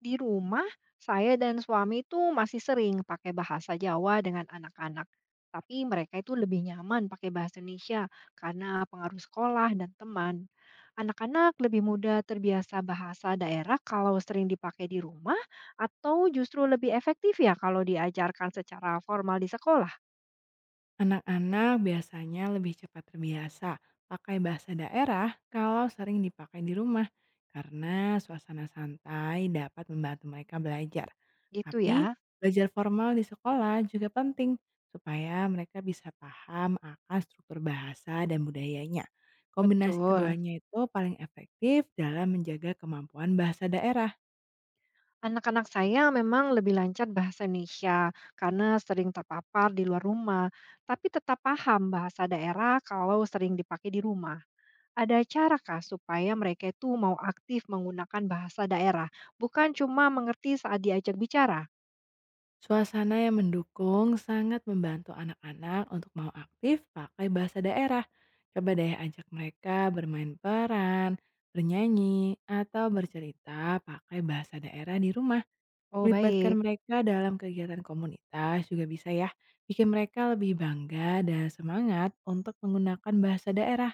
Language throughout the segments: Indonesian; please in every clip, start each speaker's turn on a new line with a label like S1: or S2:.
S1: Di rumah, saya dan suami itu masih sering pakai bahasa Jawa dengan anak-anak. Tapi mereka itu lebih nyaman pakai bahasa Indonesia karena pengaruh sekolah dan teman. Anak-anak lebih mudah terbiasa bahasa daerah kalau sering dipakai di rumah atau justru lebih efektif ya kalau diajarkan secara formal di sekolah.
S2: Anak-anak biasanya lebih cepat terbiasa pakai bahasa daerah kalau sering dipakai di rumah karena suasana santai dapat membantu mereka belajar.
S1: Gitu
S2: Tapi
S1: ya.
S2: belajar formal di sekolah juga penting supaya mereka bisa paham akan struktur bahasa dan budayanya. Kombinasi
S1: Betul.
S2: keduanya itu paling efektif dalam menjaga kemampuan bahasa daerah.
S1: Anak-anak saya memang lebih lancar bahasa Indonesia karena sering terpapar di luar rumah, tapi tetap paham bahasa daerah kalau sering dipakai di rumah. Ada cara kah supaya mereka itu mau aktif menggunakan bahasa daerah, bukan cuma mengerti saat diajak bicara?
S2: Suasana yang mendukung sangat membantu anak-anak untuk mau aktif pakai bahasa daerah. Coba deh ajak mereka bermain peran, bernyanyi, atau bercerita pakai bahasa daerah di rumah.
S1: Oh,
S2: Melibatkan
S1: baik.
S2: mereka dalam kegiatan komunitas juga bisa ya, bikin mereka lebih bangga dan semangat untuk menggunakan bahasa daerah.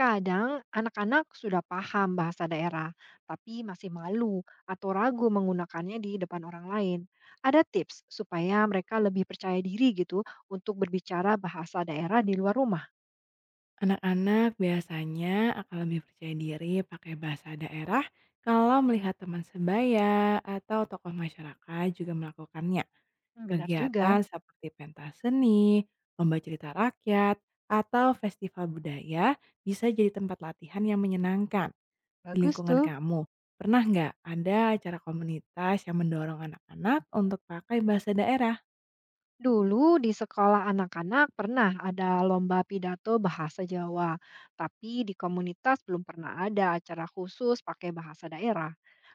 S1: Kadang anak-anak sudah paham bahasa daerah, tapi masih malu atau ragu menggunakannya di depan orang lain. Ada tips supaya mereka lebih percaya diri gitu untuk berbicara bahasa daerah di luar rumah.
S2: Anak-anak biasanya akan lebih percaya diri pakai bahasa daerah kalau melihat teman sebaya atau tokoh masyarakat juga melakukannya.
S1: Hmm, benar
S2: Kegiatan
S1: juga,
S2: seperti pentas seni, lomba cerita rakyat, atau festival budaya bisa jadi tempat latihan yang menyenangkan di
S1: bagus
S2: lingkungan
S1: tuh.
S2: kamu. Pernah nggak ada acara komunitas yang mendorong anak-anak untuk pakai bahasa daerah?
S1: Dulu di sekolah anak-anak pernah ada lomba pidato bahasa Jawa, tapi di komunitas belum pernah ada acara khusus pakai bahasa daerah.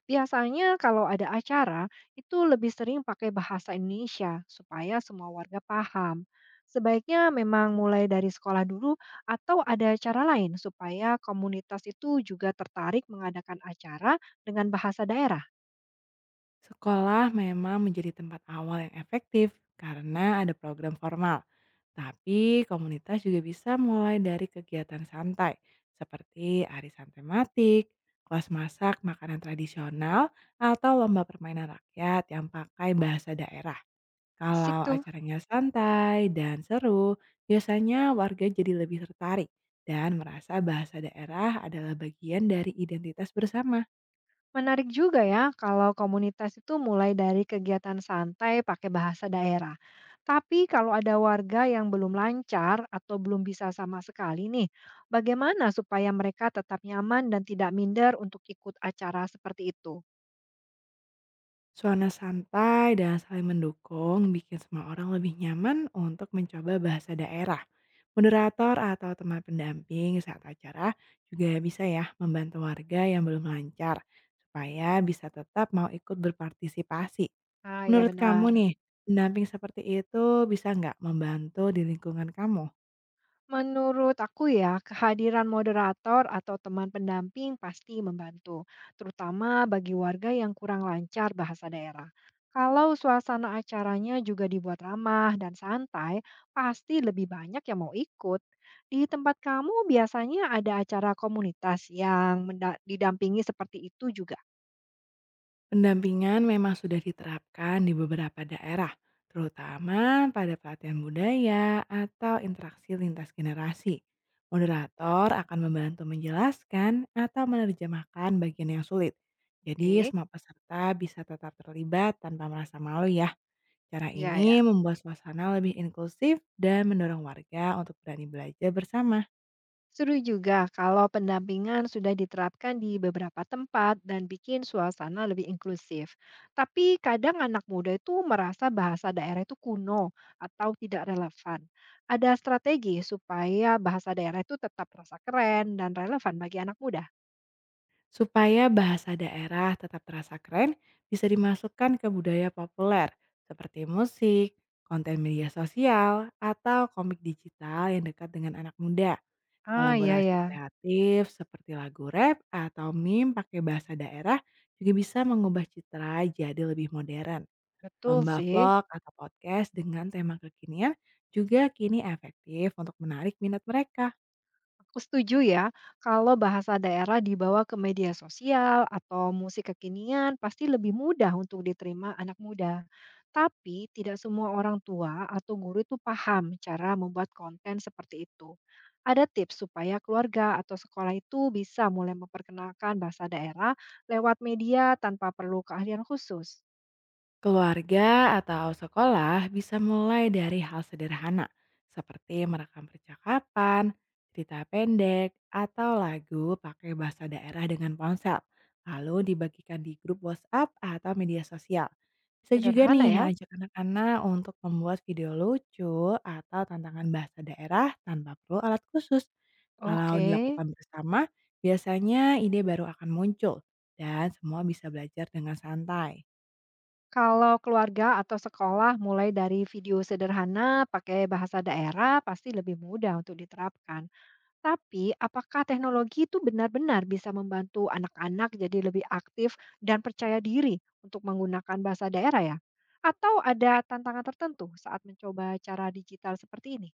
S1: Biasanya kalau ada acara, itu lebih sering pakai bahasa Indonesia supaya semua warga paham. Sebaiknya memang mulai dari sekolah dulu atau ada acara lain supaya komunitas itu juga tertarik mengadakan acara dengan bahasa daerah.
S2: Sekolah memang menjadi tempat awal yang efektif karena ada program formal. Tapi komunitas juga bisa mulai dari kegiatan santai seperti arisan tematik, kelas masak makanan tradisional, atau lomba permainan rakyat yang pakai bahasa daerah.
S1: Asik
S2: Kalau
S1: tuh.
S2: acaranya santai dan seru, biasanya warga jadi lebih tertarik dan merasa bahasa daerah adalah bagian dari identitas bersama.
S1: Menarik juga ya kalau komunitas itu mulai dari kegiatan santai pakai bahasa daerah. Tapi kalau ada warga yang belum lancar atau belum bisa sama sekali nih, bagaimana supaya mereka tetap nyaman dan tidak minder untuk ikut acara seperti itu?
S2: Suasana santai dan saling mendukung bikin semua orang lebih nyaman untuk mencoba bahasa daerah. Moderator atau teman pendamping saat acara juga bisa ya membantu warga yang belum lancar supaya bisa tetap mau ikut berpartisipasi.
S1: Ah ya
S2: Menurut kamu
S1: benar.
S2: nih, pendamping seperti itu bisa nggak membantu di lingkungan kamu?
S1: Menurut aku ya, kehadiran moderator atau teman pendamping pasti membantu, terutama bagi warga yang kurang lancar bahasa daerah. Kalau suasana acaranya juga dibuat ramah dan santai, pasti lebih banyak yang mau ikut. Di tempat kamu biasanya ada acara komunitas yang didampingi seperti itu juga.
S2: Pendampingan memang sudah diterapkan di beberapa daerah, terutama pada pelatihan budaya atau interaksi lintas generasi. Moderator akan membantu menjelaskan atau menerjemahkan bagian yang sulit. Jadi
S1: Oke,
S2: semua peserta bisa tetap terlibat tanpa merasa malu ya. Cara
S1: ya
S2: ini
S1: ya.
S2: membuat suasana lebih inklusif dan mendorong warga untuk berani belajar bersama.
S1: Seru juga kalau pendampingan sudah diterapkan di beberapa tempat dan bikin suasana lebih inklusif. Tapi kadang anak muda itu merasa bahasa daerah itu kuno atau tidak relevan. Ada strategi supaya bahasa daerah itu tetap terasa keren dan relevan bagi anak muda.
S2: Supaya bahasa daerah tetap terasa keren, bisa dimasukkan ke budaya populer seperti musik, konten media sosial, atau komik digital yang dekat dengan anak muda.
S1: Ah, iya
S2: Kolaborasi
S1: ya,
S2: kreatif seperti lagu rap atau meme pakai bahasa daerah juga bisa mengubah citra jadi lebih modern.
S1: betul
S2: Lomba
S1: sih.
S2: vlog atau podcast dengan tema kekinian juga kini efektif untuk menarik minat mereka.
S1: Aku setuju ya, kalau bahasa daerah dibawa ke media sosial atau musik kekinian pasti lebih mudah untuk diterima anak muda. Tapi tidak semua orang tua atau guru itu paham cara membuat konten seperti itu. Ada tips supaya keluarga atau sekolah itu bisa mulai memperkenalkan bahasa daerah lewat media tanpa perlu keahlian khusus.
S2: Keluarga atau sekolah bisa mulai dari hal sederhana, seperti merekam percakapan, cerita pendek, atau lagu pakai bahasa daerah dengan ponsel, lalu dibagikan di grup WhatsApp atau media sosial. Bisa juga
S1: Sederhana
S2: nih
S1: ya?
S2: ajak anak-anak untuk membuat video lucu atau tantangan bahasa daerah tanpa perlu alat khusus. Kalau
S1: Oke.
S2: dilakukan bersama, biasanya ide baru akan muncul dan semua bisa belajar dengan santai.
S1: Kalau keluarga atau sekolah mulai dari video sederhana pakai bahasa daerah pasti lebih mudah untuk diterapkan. Tapi apakah teknologi itu benar-benar bisa membantu anak-anak jadi lebih aktif dan percaya diri untuk menggunakan bahasa daerah ya? Atau ada tantangan tertentu saat mencoba cara digital seperti ini?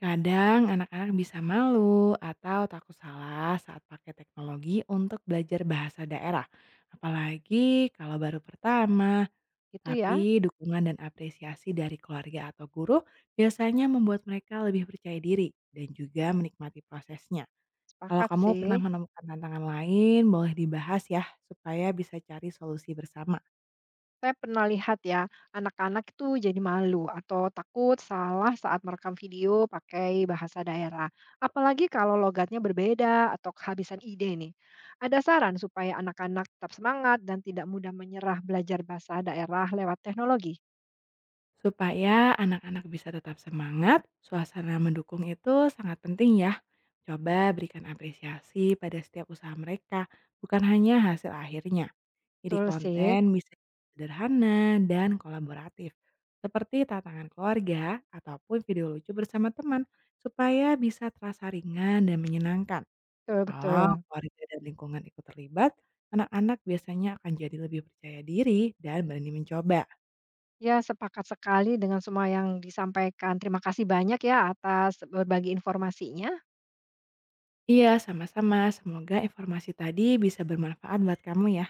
S2: Kadang anak-anak bisa malu atau takut salah saat pakai teknologi untuk belajar bahasa daerah. Apalagi kalau baru pertama,
S1: Itu ya,
S2: tapi dukungan dan apresiasi dari keluarga atau guru biasanya membuat mereka lebih percaya diri dan juga menikmati prosesnya. Kalau
S1: sepakat
S2: kamu pernah
S1: sih.
S2: menemukan tantangan lain, boleh dibahas ya supaya bisa cari solusi bersama.
S1: Saya pernah lihat ya, anak-anak itu jadi malu atau takut salah saat merekam video pakai bahasa daerah. Apalagi kalau logatnya berbeda atau kehabisan ide nih. Ada saran supaya anak-anak tetap semangat dan tidak mudah menyerah belajar bahasa daerah lewat teknologi?
S2: Supaya anak-anak bisa tetap semangat, suasana mendukung itu sangat penting ya. Coba berikan apresiasi pada setiap usaha mereka, bukan hanya hasil akhirnya. Jadi
S1: Betul sih.
S2: konten bisa sederhana dan kolaboratif, seperti tantangan keluarga ataupun video lucu bersama teman, supaya bisa terasa ringan dan menyenangkan. Kalau
S1: Betul-betul.
S2: keluarga dan lingkungan ikut terlibat, anak-anak biasanya akan jadi lebih percaya diri dan berani mencoba.
S1: Ya, sepakat sekali dengan semua yang disampaikan. Terima kasih banyak ya atas berbagi informasinya.
S2: Iya, sama-sama. Semoga informasi tadi bisa bermanfaat buat kamu ya.